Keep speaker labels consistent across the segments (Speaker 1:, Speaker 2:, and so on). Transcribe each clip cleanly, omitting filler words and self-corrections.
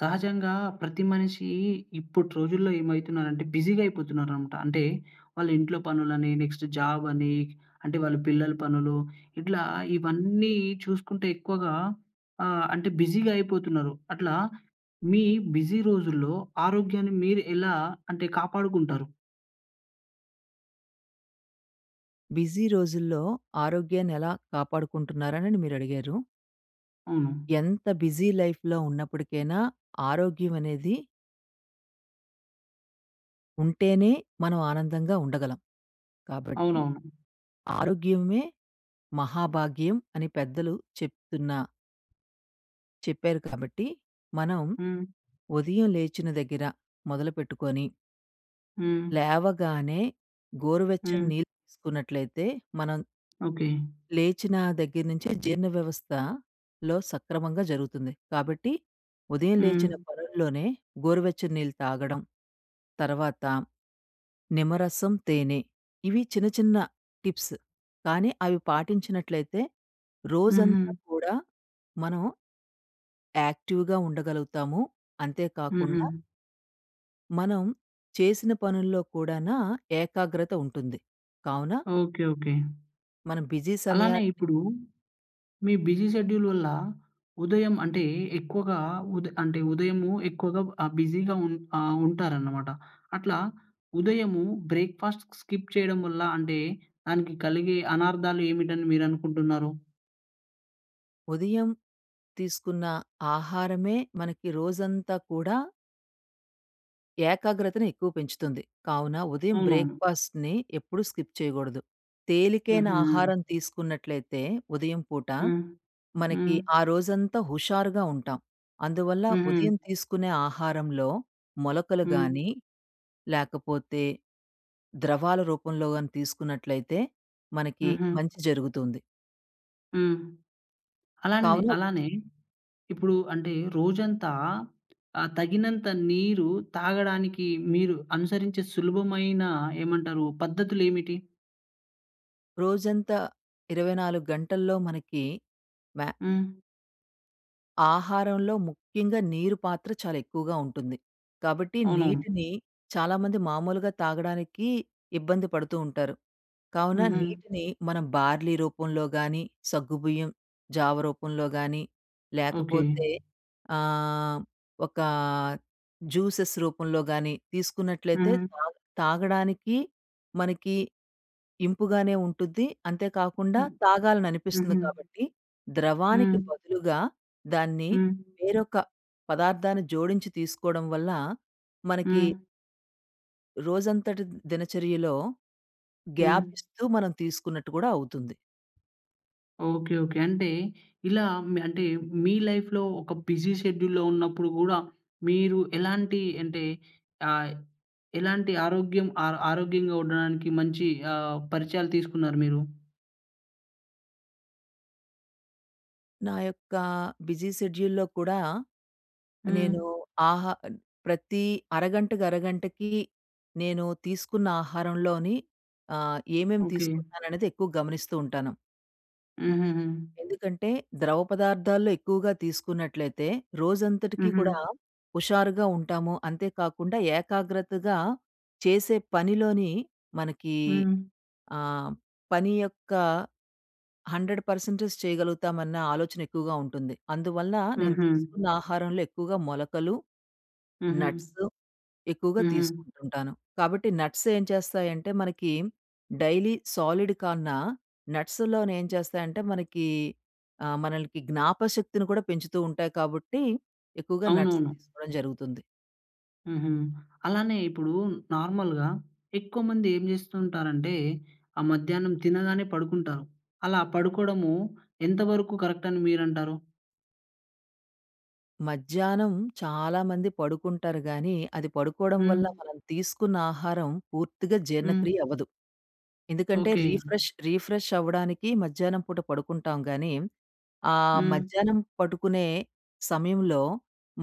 Speaker 1: సహజంగా ప్రతి మనిషి ఇప్పటి రోజుల్లో ఏమైతున్నారంటే బిజీగా అయిపోతున్నారనమాట. అంటే వాళ్ళ ఇంట్లో పనులని, నెక్స్ట్ జాబ్ అని, అంటే వాళ్ళ పిల్లల పనులు ఇట్లా ఇవన్నీ చూసుకుంటే ఎక్కువగా అంటే బిజీగా అయిపోతున్నారు. అట్లా మీ బిజీ రోజుల్లో ఆరోగ్యాన్ని మీరు ఎలా అంటే కాపాడుకుంటారు?
Speaker 2: బిజీ రోజుల్లో ఆరోగ్యాన్ని ఎలా కాపాడుకుంటున్నారనని మీరడిగారు.
Speaker 1: అవును.
Speaker 2: ఎంత బిజీ లైఫ్‌లో ఉన్నప్పటికైనా ఆరోగ్యం అనేది ఉంటేనే మనం ఆనందంగా ఉండగలం. కాబట్టి
Speaker 1: అవునవును.
Speaker 2: ఆరోగ్యమే మహాభాగ్యం అని పెద్దలు చెప్తున్న చెప్పారు కాబట్టి, మనం
Speaker 1: హ్మ్.
Speaker 2: ఉదయం లేచిన దగ్గర మొదలుపెట్టుకొని
Speaker 1: హ్మ్.
Speaker 2: లేవగానే గోరువెచ్చని
Speaker 1: హ్మ్.
Speaker 2: నీళ్ళు తీసుకున్నట్లయితే మనం
Speaker 1: ఓకే.
Speaker 2: లేచిన దగ్గర నుంచే జీర్ణ వ్యవస్థలో సక్రమంగా జరుగుతుంది. కాబట్టి ఉదయం
Speaker 1: హ్మ్.
Speaker 2: లేచిన పనుల్లోనే గోరువెచ్చని నీళ్ళు తాగడం, తర్వాత నిమ్మరసం, తేనె ఇవి చిన్న చిన్న టిప్స్. కానీ అవి పాటించినట్లయితే
Speaker 1: హుహు.
Speaker 2: రోజంతా కూడా మనం యాక్టివ్‌గా ఉండగలుగుతాము.
Speaker 1: హుహు.
Speaker 2: అంతేకాకుండా మనం చేసిన పనుల్లో కూడానా ఏకాగ్రత ఉంటుంది. కావున
Speaker 1: ఓకే. ఓకే.
Speaker 2: మనం బిజీ
Speaker 1: అలానే
Speaker 2: సమయాన్ని
Speaker 1: ఇప్పుడు మీ బిజీ షెడ్యూల్ వల్ల ఉదయం అంటే ఎక్కువగా ఉద అంటే ఉదయము ఎక్కువగా బిజీగా ఉంటారన్నమాట. అట్లా ఉదయము బ్రేక్‌ఫాస్ట్ స్కిప్ చేయడం వల్ల అంటే దానికి కలిగే అనార్థాలు ఏమిటని మీరనుకుంటున్నారు?
Speaker 2: ఉదయం తీసుకున్న ఆహారమే మనకి రోజంతా కూడా ఏకాగ్రతను ఎక్కువ పెంచుతుంది. కావున ఉదయం
Speaker 1: అవునవును.
Speaker 2: బ్రేక్‌ఫాస్ట్‌ని ఎప్పుడూ స్కిప్ చేయగూడదు. తేలికైన
Speaker 1: హుహు.
Speaker 2: ఆహారం తీసుకున్నట్లయితే ఉదయం పూట
Speaker 1: హ్మ్.
Speaker 2: మనకి
Speaker 1: హ్మ్.
Speaker 2: ఆ రోజంతా హుషారుగా ఉంటాం. అందువల్ల
Speaker 1: హుహు.
Speaker 2: ఉదయం తీసుకునే ఆహారంలో మొలకలు
Speaker 1: హ్మ్.
Speaker 2: గాని, లేకపోతే ద్రవాల రూపంలో గాని తీసుకున్నట్లయితే మనకి
Speaker 1: హుహు.
Speaker 2: మంచి జరుగుతుంది.
Speaker 1: హ్మ్. అలానే
Speaker 2: కావున
Speaker 1: అలానే ఇప్పుడు అంటే రోజంతా తగినంత నీరు తాగడానికి మీరు అనుసరించే సులభమైన ఏమంటారు పద్ధతులేమిటి?
Speaker 2: రోజంతా 24 గంటల్లో మనకి మ్యా
Speaker 1: హ్మ్.
Speaker 2: ఆహారంలో ముఖ్యంగా నీరు పాత్ర చాలా ఎక్కువగా ఉంటుంది. కాబట్టి
Speaker 1: అవునవును.
Speaker 2: నీటిని చాలామంది మామూలుగా తాగడానికి ఇబ్బంది పడుతూ ఉంటారు. కావున
Speaker 1: హుహు.
Speaker 2: నీటిని మనం బార్లీ రూపంలో గానీ, సగ్గుబియ్యం జావ రూపంలో గానీ,
Speaker 1: ఓకే.
Speaker 2: లేకపోతే ఆహ్, ఒక జ్యూసెస్ రూపంలో గానీ తీసుకున్నట్లయితే
Speaker 1: హ్మ్.
Speaker 2: తాగడానికి మనకి ఇంపుగానే ఉంటుద్ది. అంతే కాకుండా
Speaker 1: హ్మ్.
Speaker 2: తాగాలననిపిస్తుంది
Speaker 1: హుహు.
Speaker 2: కాబట్టి,
Speaker 1: హ్మ్.
Speaker 2: ద్రవానికి బదులుగా దాన్ని
Speaker 1: హ్మ్.
Speaker 2: వేరొక పదార్థాన్ని జోడించి తీసుకోవడం వల్ల, మనకి
Speaker 1: హ్మ్.
Speaker 2: రోజంతటి దినచర్యలో గ్యాప్
Speaker 1: హ్మ్.
Speaker 2: ఇస్తూ మనం తీసుకున్నట్టు కూడా అవుతుంది.
Speaker 1: ఓకే. ఓకే. అంటే ఇలా మీ అంటే మీ లైఫ్‌లో ఒక బిజీ షెడ్యూల్‌లో ఉన్నప్పుడు గూడా మీరు ఎలాంటి అంటే ఆహ్, ఎలాంటి ఆరోగ్యంగా ఉండడానికి మంచి పరిచయాలు తీసుకున్నారు మీరు?
Speaker 2: నా యొక్క బిజీ షెడ్యూల్‌లో కూడా
Speaker 1: హ్మ్.
Speaker 2: నేను ఆహా ప్రతి అరగంటకి, అరగంటకి నేను తీసుకున్న ఆహారంలోని ఏమేమి
Speaker 1: ఓకే.
Speaker 2: తీసుకుంటున్నాననేది ఎక్కువ గమనిస్తూ ఉంటాను.
Speaker 1: హుహుహు.
Speaker 2: ఎందుకంటే, ద్రవ పదార్థాల్లో ఎక్కువగా తీసుకున్నట్లయితే, రోజంతటికి
Speaker 1: హుహు.
Speaker 2: కూడా హుషారుగా ఉంటాము. అంతేకాకుండా ఏకాగ్రతగా చేసే పనిలోని మనకి
Speaker 1: హ్మ్.
Speaker 2: ఆహ్, పని యొక్క 100% చేయగలుగుతామన్న ఆలోచన ఎక్కువగా ఉంటుంది. అందువల్ల నేను
Speaker 1: హుహు.
Speaker 2: తీసుకున్న ఆహారంలో ఎక్కువగా మొలకలు,
Speaker 1: హుహు.
Speaker 2: నట్స్ ఎక్కువగా
Speaker 1: హుహు.
Speaker 2: తీసుకుంటుంటాను. కాబట్టి నట్స్ ఏం చేస్తాయంటే మనకి డైలీ సాలిడ్ కన్నా నట్స్‌లోనేం చేస్తాయంటే మనకి మనలకి జ్ఞాపశక్తిని కూడా పెంచుతూ ఉంటాయి కాబట్టి ఎక్కువగా నట్స్
Speaker 1: అవునవును.
Speaker 2: తీసుకోవడం జరుగుతుంది.
Speaker 1: హుహు. అలానే ఇప్పుడు నార్మల్‌గా ఎక్కువ మంది ఏం జేస్తుంటారంటే, ఆ మధ్యాహ్నం తినగానే పడుకుంటారు. అలా పడుకోవడము ఎంతవరకు కరెక్ట్ అని మీరంటారు?
Speaker 2: మధ్యాహ్నం చాలామంది పడుకుంటారు గానీ, అది పడుకోవడం
Speaker 1: హ్మ్.
Speaker 2: వల్ల మనం తీసుకున్న ఆహారం పూర్తిగా
Speaker 1: హ్మ్.
Speaker 2: జీర్ణక్రియ అవ్వదు. ఎందుకంటే
Speaker 1: ఓకే.
Speaker 2: రీఫ్రెష్ రీఫ్రెష్ అవ్వడానికి మధ్యాహ్నం పూట పడుకుంటాం గానీ, ఆ
Speaker 1: హ్మ్.
Speaker 2: మధ్యాహ్నం పడుకునే సమయంలో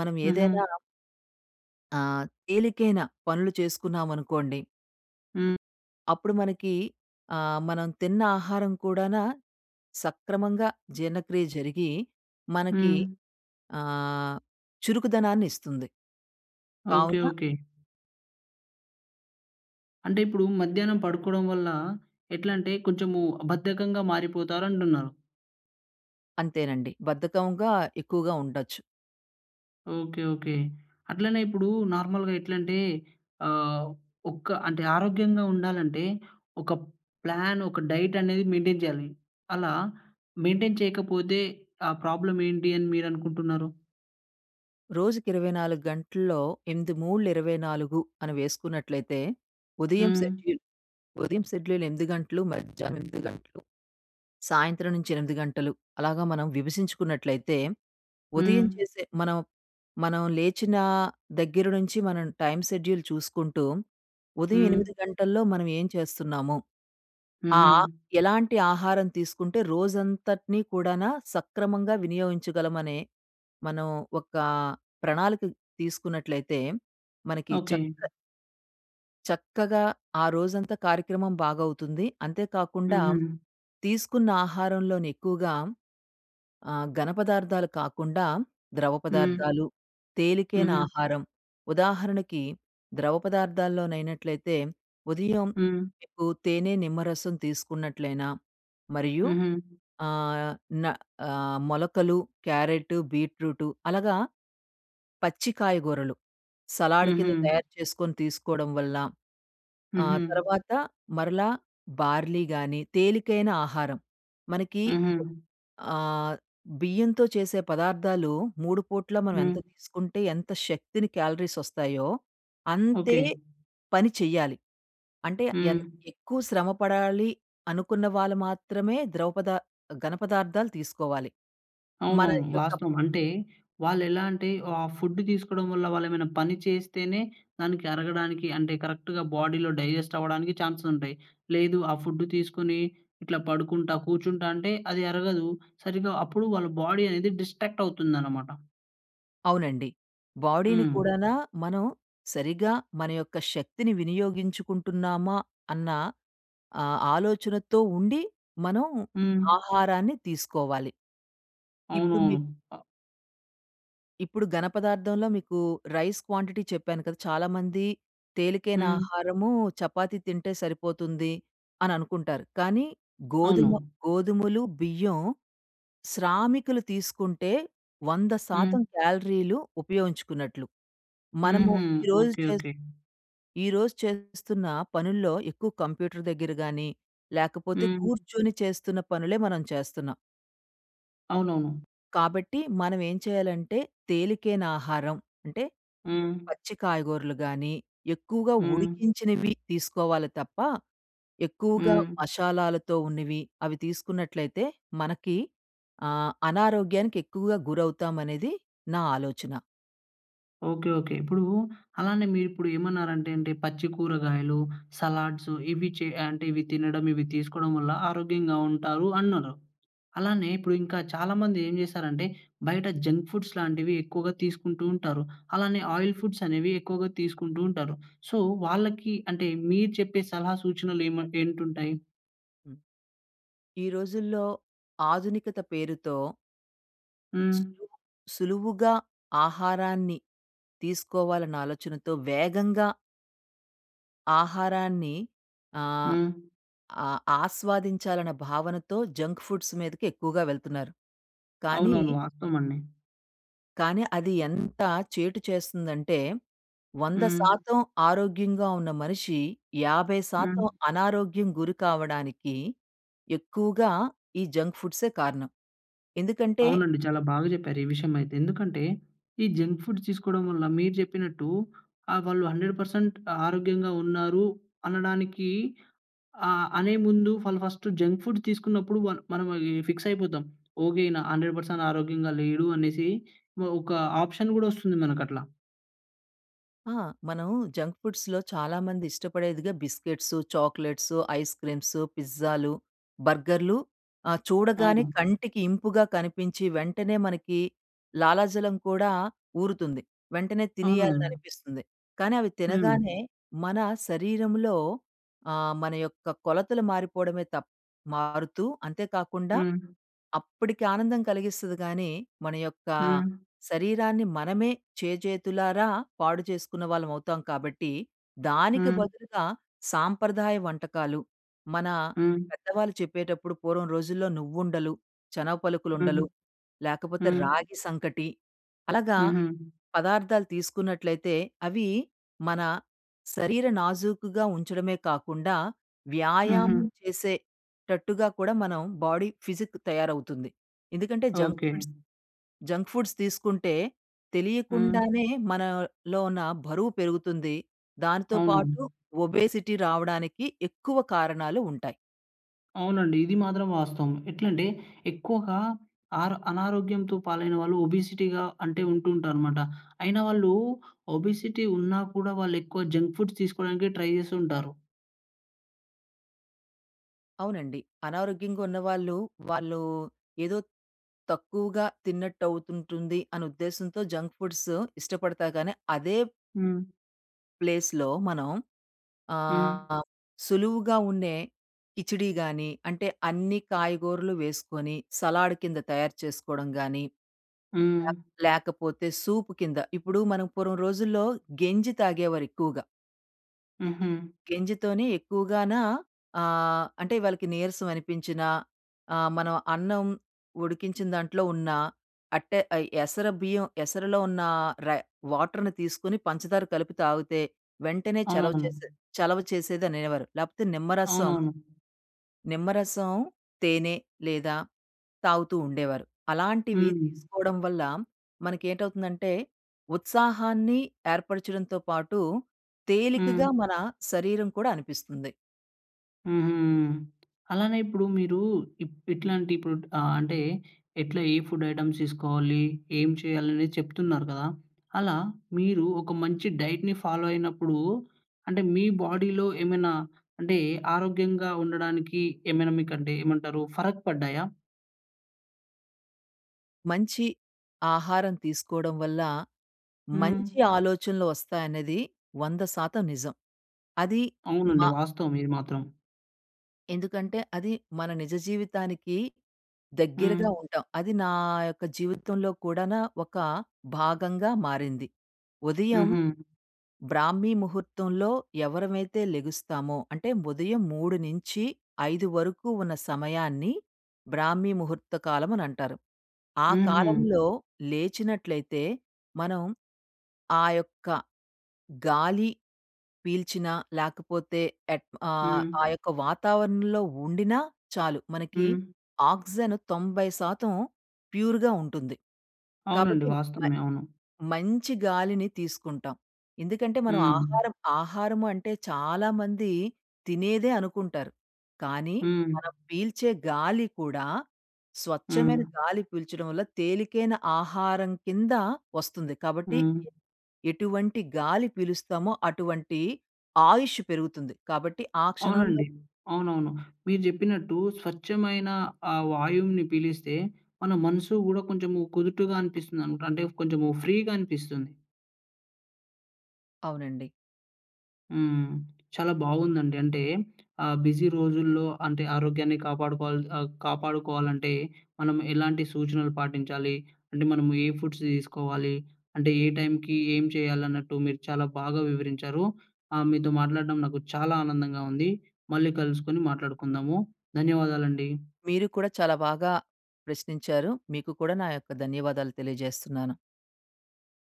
Speaker 2: మనం
Speaker 1: హుహు.
Speaker 2: ఏదైనా తేలికైన పనులు చేసుకున్నామనుకోండి,
Speaker 1: హ్మ్.
Speaker 2: అప్పుడు మనకి మనం తిన్న ఆహారం కూడానా సక్రమంగా జీర్ణక్రియ జరిగి, మనకి
Speaker 1: హ్మ్.
Speaker 2: ఆహ్, చురుకుదనాన్ని ఇస్తుంది.
Speaker 1: ఓకే.
Speaker 2: కావున
Speaker 1: ఓకే. అంటే ఇప్పుడు మధ్యాహ్నం పడుకోవడం వల్ల ఎట్లంటే కొంచెము బద్ధకంగా మారిపోతారంటున్నారు.
Speaker 2: అంతేనండి. బద్ధకంగా ఎక్కువగా ఉండొచ్చు.
Speaker 1: ఓకే. ఓకే. అట్లనే ఇప్పుడు నార్మల్‌గా ఎట్లంటే ఆహ్, ఒక్క అంటే ఆరోగ్యంగా ఉండాలంటే ఒక ప్లాన్, ఒక డైట్ అనేది మెయింటైన్ చేయాలి. అలా మెయింటైన్ చేయకపోతే ఆ ప్రాబ్లమ్ ఏంటి అని మీరనుకుంటున్నారు?
Speaker 2: రోజుకి 24 గంటల్లో 8, 3, 24 అని వేసుకున్నట్లయితే ఉదయం
Speaker 1: హ్మ్.
Speaker 2: షెడ్యూల్ ఉదయం షెడ్యూల్ 8 గంటలు, మధ్యాహ్నం 8 గంటలు, సాయంత్రం నుంచి 8 గంటలు అలాగా మనం విభజించుకున్నట్లయితే
Speaker 1: హ్మ్.
Speaker 2: ఉదయం చేసే మనం మనం లేచిన దగ్గర నుంచి మనం టైమ్ షెడ్యూల్ చూసుకుంటూ ఉదయం
Speaker 1: హ్మ్.
Speaker 2: 8 గంటల్లో మనం ఏం చేస్తున్నాము? ఆ!
Speaker 1: హుహు.
Speaker 2: ఎలాంటి ఆహారం తీసుకుంటే రోజంతటిని కూడానా సక్రమంగా వినియోగించగలమనే మనం ఒక ప్రణాళిక తీసుకున్నట్లయితే, మనకి
Speaker 1: ఓకే.
Speaker 2: చక్కగా ఆ రోజంతా కార్యక్రమం బాగవుతుంది. అంతేకాకుండా
Speaker 1: హుహు.
Speaker 2: తీసుకున్న ఆహారంలోని ఎక్కువగా ఆ! ఘన పదార్థాలు కాకుండా ద్రవ
Speaker 1: హ్మ్.
Speaker 2: పదార్థాలు, తేలికైన
Speaker 1: హుహు.
Speaker 2: ఆహారం. ఉదాహరణకి ద్రవ పదార్థాల్లోనైనట్లయితే ఉదయం
Speaker 1: హ్మ్.
Speaker 2: మీకు తేనె, నిమ్మరసం తీసుకున్నట్లయినా మరియు
Speaker 1: హుహు.
Speaker 2: ఆహ్, న మొలకలు, క్యారెట్, బీట్రూటు అలాగా పచ్చి కాయగూరలు సలాడ్ కింద
Speaker 1: హుహు.
Speaker 2: తయారు చేసుకొని తీసుకోవడం వల్ల
Speaker 1: హుహు.
Speaker 2: తర్వాత మరలా బార్లీ గాని తేలికైన ఆహారం. మనకి
Speaker 1: హుహు.
Speaker 2: ఆహ్, బియ్యంతో చేసే పదార్థాలు 3 పూట్ల మనం ఎంత
Speaker 1: హ్మ్.
Speaker 2: తీసుకుంటే ఎంత శక్తిని క్యాలరీస్ వస్తాయో, అంతే
Speaker 1: ఓకే.
Speaker 2: పని చెయ్యాలి. అంటే ఎన్
Speaker 1: హ్మ్.
Speaker 2: ఎక్కువ శ్రమ పడాలి అనుకున్న వాళ్ళు మాత్రమే ద్రవ పదా ఘన పదార్థాలు తీసుకోవాలి. మన
Speaker 1: అవునవును.
Speaker 2: యొక్క
Speaker 1: వాస్తవం. అంటే వాళ్ళెలా అంటే ఆ ఫుడ్ తీసుకోవడం వల్ల వాళ్ళేమైనా పని చేస్తేనే దానికి అరగడానికి అంటే కరెక్ట్‌గా బాడీలో డైజెస్ట్ అవ్వడానికి ఛాన్సెస్ ఉంటాయి. లేదు, ఆ ఫుడ్ తీసుకొని ఇట్లా పడుకుంటా, కూర్చుంటా అంటే అది అరగదు. సరిగ్గా అప్పుడు వాళ్ళ బాడీ అనేది డిస్ట్రాక్ట్ అవుతుందనమాట.
Speaker 2: అవునండి. బాడీని
Speaker 1: హ్మ్.
Speaker 2: కూడానా మనం సరిగ్గా మన యొక్క శక్తిని వినియోగించుకుంటున్నామా అన్న ఆలోచనతో ఉండి మనం
Speaker 1: హ్మ్.
Speaker 2: ఆహారాన్ని తీసుకోవాలి. ఇప్పుడు మీ
Speaker 1: అవునవును. అ
Speaker 2: ఇప్పుడు ఘనపదార్థంలో మీకు రైస్ క్వాంటిటీ చెప్పాను కదా! చాలామంది తేలికైన
Speaker 1: హ్మ్.
Speaker 2: ఆహారము చపాతీ తింటే సరిపోతుంది అని అనుకుంటారు. కానీ
Speaker 1: అవును.
Speaker 2: గోధుమ గోధుమలు, బియ్యం శ్రామికులు తీసుకుంటే
Speaker 1: హ్మ్.
Speaker 2: 100% క్యాలరీలు ఉపయోగించుకున్నట్లు. మనము
Speaker 1: హుహు.
Speaker 2: ఈరోజు
Speaker 1: ఓకే.
Speaker 2: చేస్
Speaker 1: ఓకే.
Speaker 2: ఈరోజు చేస్తున్న పనుల్లో ఎక్కువ కంప్యూటర్ దగ్గర గాని, లేకపోతే
Speaker 1: హ్మ్.
Speaker 2: కూర్చొని చేస్తున్న పనులే మనం చేస్తున్నాం.
Speaker 1: అవునవును.
Speaker 2: కాబట్టి మనం ఏం చేయాలంటే తేలికైన ఆహారం అంటే
Speaker 1: హ్మ్.
Speaker 2: పచ్చి కాయగూరలు గాని, ఎక్కువగా
Speaker 1: హ్మ్.
Speaker 2: ఉడికించినవి తీసుకోవాలి తప్ప, ఎక్కువగా
Speaker 1: హ్మ్.
Speaker 2: మషాలాలతో ఉన్నవి అవి తీసుకున్నట్లయితే మనకి అనారోగ్యానికి ఎక్కువగా గురవుతామనేది నా ఆలోచన.
Speaker 1: ఓకే. ఓకే. ఇప్పుడు అలానే మీరిప్పుడు ఏమన్నారంటే అంటే పచ్చి కూరగాయలు, సలాడ్స్ ఇవి చే అంటే ఇవి తినడం, ఇవి తీసుకోవడం వల్ల ఆరోగ్యంగా ఉంటారు అన్నారు. అలానే ఇప్పుడు ఇంకా చాలామంది ఏం చేశారంటే బయట జంక్ ఫుడ్స్ లాంటివి ఎక్కువగా తీసుకుంటూ ఉంటారు. అలానే ఆయిల్ ఫుడ్స్ అనేవి ఎక్కువగా తీసుకుంటూ ఉంటారు. సో, వాళ్ళకి అంటే మీరు చెప్పే సలహా సూచనలు ఏంటుంటాయి?
Speaker 2: హ్మ్. ఈ రోజుల్లో ఆధునికత పేరుతో
Speaker 1: హ్మ్.
Speaker 2: సులువు సులువుగా ఆహారాన్ని తీసుకోవాలన్న ఆలోచనతో వేగంగా ఆహారాన్ని ఆహ్,
Speaker 1: హ్మ్.
Speaker 2: ఆ! ఆస్వాదించాలన్న భావనతో జంక్ ఫుడ్స్ మీదకి ఎక్కువగా వెళ్తున్నారు. కానీ,
Speaker 1: అవునవును. వాస్తవమండి.
Speaker 2: కానీ, అది ఎంత చేటు చేస్తుందంటే
Speaker 1: హ్మ్.
Speaker 2: 100% ఆరోగ్యంగా ఉన్న మనిషి
Speaker 1: హ్మ్.
Speaker 2: 50% అనారోగ్యం గురి కావడానికి ఎక్కువగా ఈ జంక్ ఫుడ్సే కారణం. ఎందుకంటే
Speaker 1: అవునండి. చాలా బాగా జెప్పారు ఈ విషయమైతే. ఎందుకంటే, ఈ జంక్ ఫుడ్ తీసుకోవడం వల్ల మీరు జెప్పినట్టు వాళ్ళు 100% ఆరోగ్యంగా ఉన్నారు అనడానికి అనే ముందు వాళ్ళు ఫస్ట్ జంక్ ఫుడ్ తీసుకున్నప్పుడు వన్ మనం ఈ ఫిక్స్ అయిపోతాం. ఓకే. ఈయన 100% ఆరోగ్యంగా లేడు అనేసి ఒక ఆప్షన్ గూడా ఒస్తుంది మనకట్లా.
Speaker 2: ఆ! మనం జంక్ ఫుడ్స్‌లో చాలామంది ఇష్టపడేదిగా బిస్కెట్సు, చాక్లెట్సు, ఐస్ క్రీమ్సు, పిజ్జాలు, బర్గర్‌లు చూడగానే
Speaker 1: అవును.
Speaker 2: కంటికి ఇంపుగా కనిపించి వెంటనే మనకి లాలాజలం కూడా ఊరుతుంది. వెంటనే
Speaker 1: అవునవును.
Speaker 2: తినేయాలని అనిపిస్తుంది. కానీ అవి
Speaker 1: హ్మ్.
Speaker 2: తినగానే మన శరీరంలో మన యొక్క కొలతలు మారిపోవడమే మారుతూ అంతేకాకుండా
Speaker 1: హ్మ్.
Speaker 2: అప్పటికి ఆనందం కలిగిస్తది గానీ, మన యొక్క
Speaker 1: హ్మ్.
Speaker 2: శరీరాన్ని మనమే చేజేతులారా పాడు చేసుకున్న వాళ్ళమవుతాం కాబట్టి, దానికి
Speaker 1: హ్మ్.
Speaker 2: బదులుగా సాంప్రదాయ వంటకాలు, మన
Speaker 1: హ్మ్.
Speaker 2: పెద్దవాళ్ళు చెప్పేటప్పుడు పూర్వం రోజుల్లో నువ్వుండలు, శనగ
Speaker 1: హ్మ్.
Speaker 2: పలుకులుండలు, లేకపోతే
Speaker 1: హ్మ్.
Speaker 2: రాగి సంకటి, అలాగా
Speaker 1: హుహు.
Speaker 2: పదార్థాలు తీసుకున్నట్లయితే అవి మన శరీర నాజూకుగా ఉంచడమే కాకుండా,
Speaker 1: హుహు.
Speaker 2: వ్యాయామం చేసే టట్టుగా కూడా మనం బాడీ ఫిజిక్ తయారవుతుంది. ఎందుకంటే junk
Speaker 1: okay.
Speaker 2: Foods junk foods తీసుకుంటే
Speaker 1: హ్మ్.
Speaker 2: తెలియకుండానే మనలో ఉన్న బరువు పెరుగుతుంది. దానితో
Speaker 1: అవునవును.
Speaker 2: పాటు ఒబేసిటీ రావడానికి ఎక్కువ కారణాలు ఉంటాయి.
Speaker 1: అవునండి. ఇది మాత్రం వాస్తవం. ఎట్లంటే ఎక్కువగా అనారోగ్యంతో పాలైన వాళ్ళు ఒబెసిటీగా అంటే ఉంటూ ఉంటారనమాట. అయినా వాళ్ళు ఒబెసిటీ ఉన్నా కూడా వాళ్ళు ఎక్కువ జంక్ ఫుడ్స్ తీసుకోవడానికి ట్రై చేస్తూ ఉంటారు.
Speaker 2: అవునండి. అనారోగ్యంగా ఉన్నవాళ్ళు, వాళ్ళు వాళ్ళు ఏదో తక్కువగా తిన్నట్టవుతుంటుంది అనే ఉద్దేశంతో జంక్ ఫుడ్స్ ఇష్టపడతారు గానీ అదే
Speaker 1: హ్మ్.
Speaker 2: ప్లేస్‌లో మనం
Speaker 1: హ్మ్.
Speaker 2: ఆహ్, సులువుగా ఉండే కిచిడీ గాని, అంటే అన్ని కాయగూరలు వేసుకొని సలాడ్ కింద తయారు చేసుకోవడం గాని,
Speaker 1: హ్మ్.
Speaker 2: లేకపోతే సూప్ కింద ఇప్పుడు మనం పూర్వం రోజుల్లో గెంజి తాగేవారు ఎక్కువగా.
Speaker 1: హుహు.
Speaker 2: గెంజితోనే ఎక్కువగాన అంటే వాళ్ళకి నీరసం అనిపించినా, మనం అన్నం ఉడికించిన దాంట్లో ఉన్న అట్టె ఎసర బియ్యం ఎసరలో ఉన్న రై వాటర్‌ని తీసుకొని పంచదార కలిపి తాగితే వెంటనే
Speaker 1: అవునవును.
Speaker 2: చలవ చేసేదనేవారు. లేపోతే నిమ్మరసం
Speaker 1: అవునవును.
Speaker 2: నిమ్మరసం, తేనె లేదా తాగుతూ ఉండేవారు. అలాంటివి
Speaker 1: హ్మ్.
Speaker 2: తీసుకోవడం వల్ల మనకేంటవుతుందంటే, ఉత్సాహాన్ని ఏర్పరచడంతో పాటు,
Speaker 1: హ్మ్.
Speaker 2: తేలికగా మన శరీరం కూడా అనిపిస్తుంది.
Speaker 1: హుహు. అలానే ఇప్పుడు మీరు ఇట్లాంటి ఇప్పుడు అంటే ఎట్లా ఏ ఫుడ్ ఐటెమ్స్ తీసుకోవాలి? ఏం చేయాలనేది చెప్తున్నారు కదా! అలా మీరు ఒక మంచి డైట్‌ని ఫాలో అయినప్పుడు అంటే మీ బాడీలో ఏమైనా అంటే ఆరోగ్యంగా ఉండడానికి ఏమైనా మీకంటే ఏమంటారు ఫరక్ పడ్డాయా?
Speaker 2: మంచి ఆహారం తీసుకోవడం వల్ల,
Speaker 1: హ్మ్.
Speaker 2: మంచి ఆలోచనలు వస్తాయనేది 100% నిజం. అది మ
Speaker 1: అవునండి. వాస్తవం ఇది మాత్రం.
Speaker 2: ఎందుకంటే, అది మన నిజ జీవితానికి
Speaker 1: హ్మ్.
Speaker 2: దగ్గరగా ఉంటాం. అది నా యొక్క జీవితంలో కూడాన ఒక భాగంగా మారింది. ఉదయం
Speaker 1: హుహు.
Speaker 2: బ్రాహ్మీ ముహూర్తంలో ఎవరమైతే లెగుస్తామో, అంటే ఉదయం 3 నుంచి 5 వరకు ఉన్న సమయాన్ని బ్రాహ్మీ ముహూర్త కాలం అనంటారు. ఆ
Speaker 1: హుహు.
Speaker 2: కాలంలో లేచినట్లయితే మనం ఆ యొక్క గాలి పీల్చినా, లేకపోతే
Speaker 1: హ్మ్.
Speaker 2: ఆ యొక్క వాతావరణంలో ఉండినా చాలు. మనకి
Speaker 1: హ్మ్.
Speaker 2: ఆక్సిజన్ 90% ప్యూర్‌గా ఉంటుంది.
Speaker 1: అవునండి.
Speaker 2: కాబట్టి మ
Speaker 1: వాస్తవమే. అవును.
Speaker 2: మంచి గాలిని తీసుకుంటాం. ఎందుకంటే మనం ఓకే.
Speaker 1: హ్మ్.
Speaker 2: ఆహారము అంటే చాలామంది తినేదే అనుకుంటారు. కానీ
Speaker 1: హ్మ్.
Speaker 2: మనం పీల్చే గాలి కూడా
Speaker 1: హ్మ్.
Speaker 2: స్వచ్ఛమైన గాలి పీల్చడం వల్ల తేలికైన ఆహారం కింద వస్తుంది. కాబట్టి
Speaker 1: హ్మ్.
Speaker 2: ఎటువంటి గాలి పీలుస్తామో అటువంటి ఆయుష్షు పెరుగుతుంది. కాబట్టి ఆ క్షణంలో
Speaker 1: అవునండి. అవునవును. మీరు జెప్పినట్టు స్వచ్ఛమైన ఆ వాయువుని పీలిస్తే మన మనసు గూడా కొంచెము కుదుటుగా అనిపిస్తుందనమాట. అంటే కొంచెము ఫ్రీగా అనిపిస్తుంది.
Speaker 2: అవునండి.
Speaker 1: హ్మ్. చాలా బావుందండి. అంటే బిజీ రోజుల్లో అంటే ఆరోగ్యాన్ని కాపాడుకోవాలి కాపాడుకోవాలంటే మనం ఎలాంటి సూచనలు పాటించాలి? అంటే మనము ఏ ఫుడ్స్ తీసుకోవాలి? అంటే ఏ టైంకి ఏం చేయాలన్నట్టు మీరు చాలా బాగా వివరించారు. మీతో మాట్లాడడం నాకు చాలా ఆనందంగా ఉంది. మళ్ళీ కలుసుకొని మాట్లాడుకుందాము. ధన్యవాదాలండి.
Speaker 2: మీరు కూడా చాలా బాగా ప్రశ్నించారు. మీకు కూడా నా యొక్క ధన్యవాదాలు తెలియజేస్తున్నాను.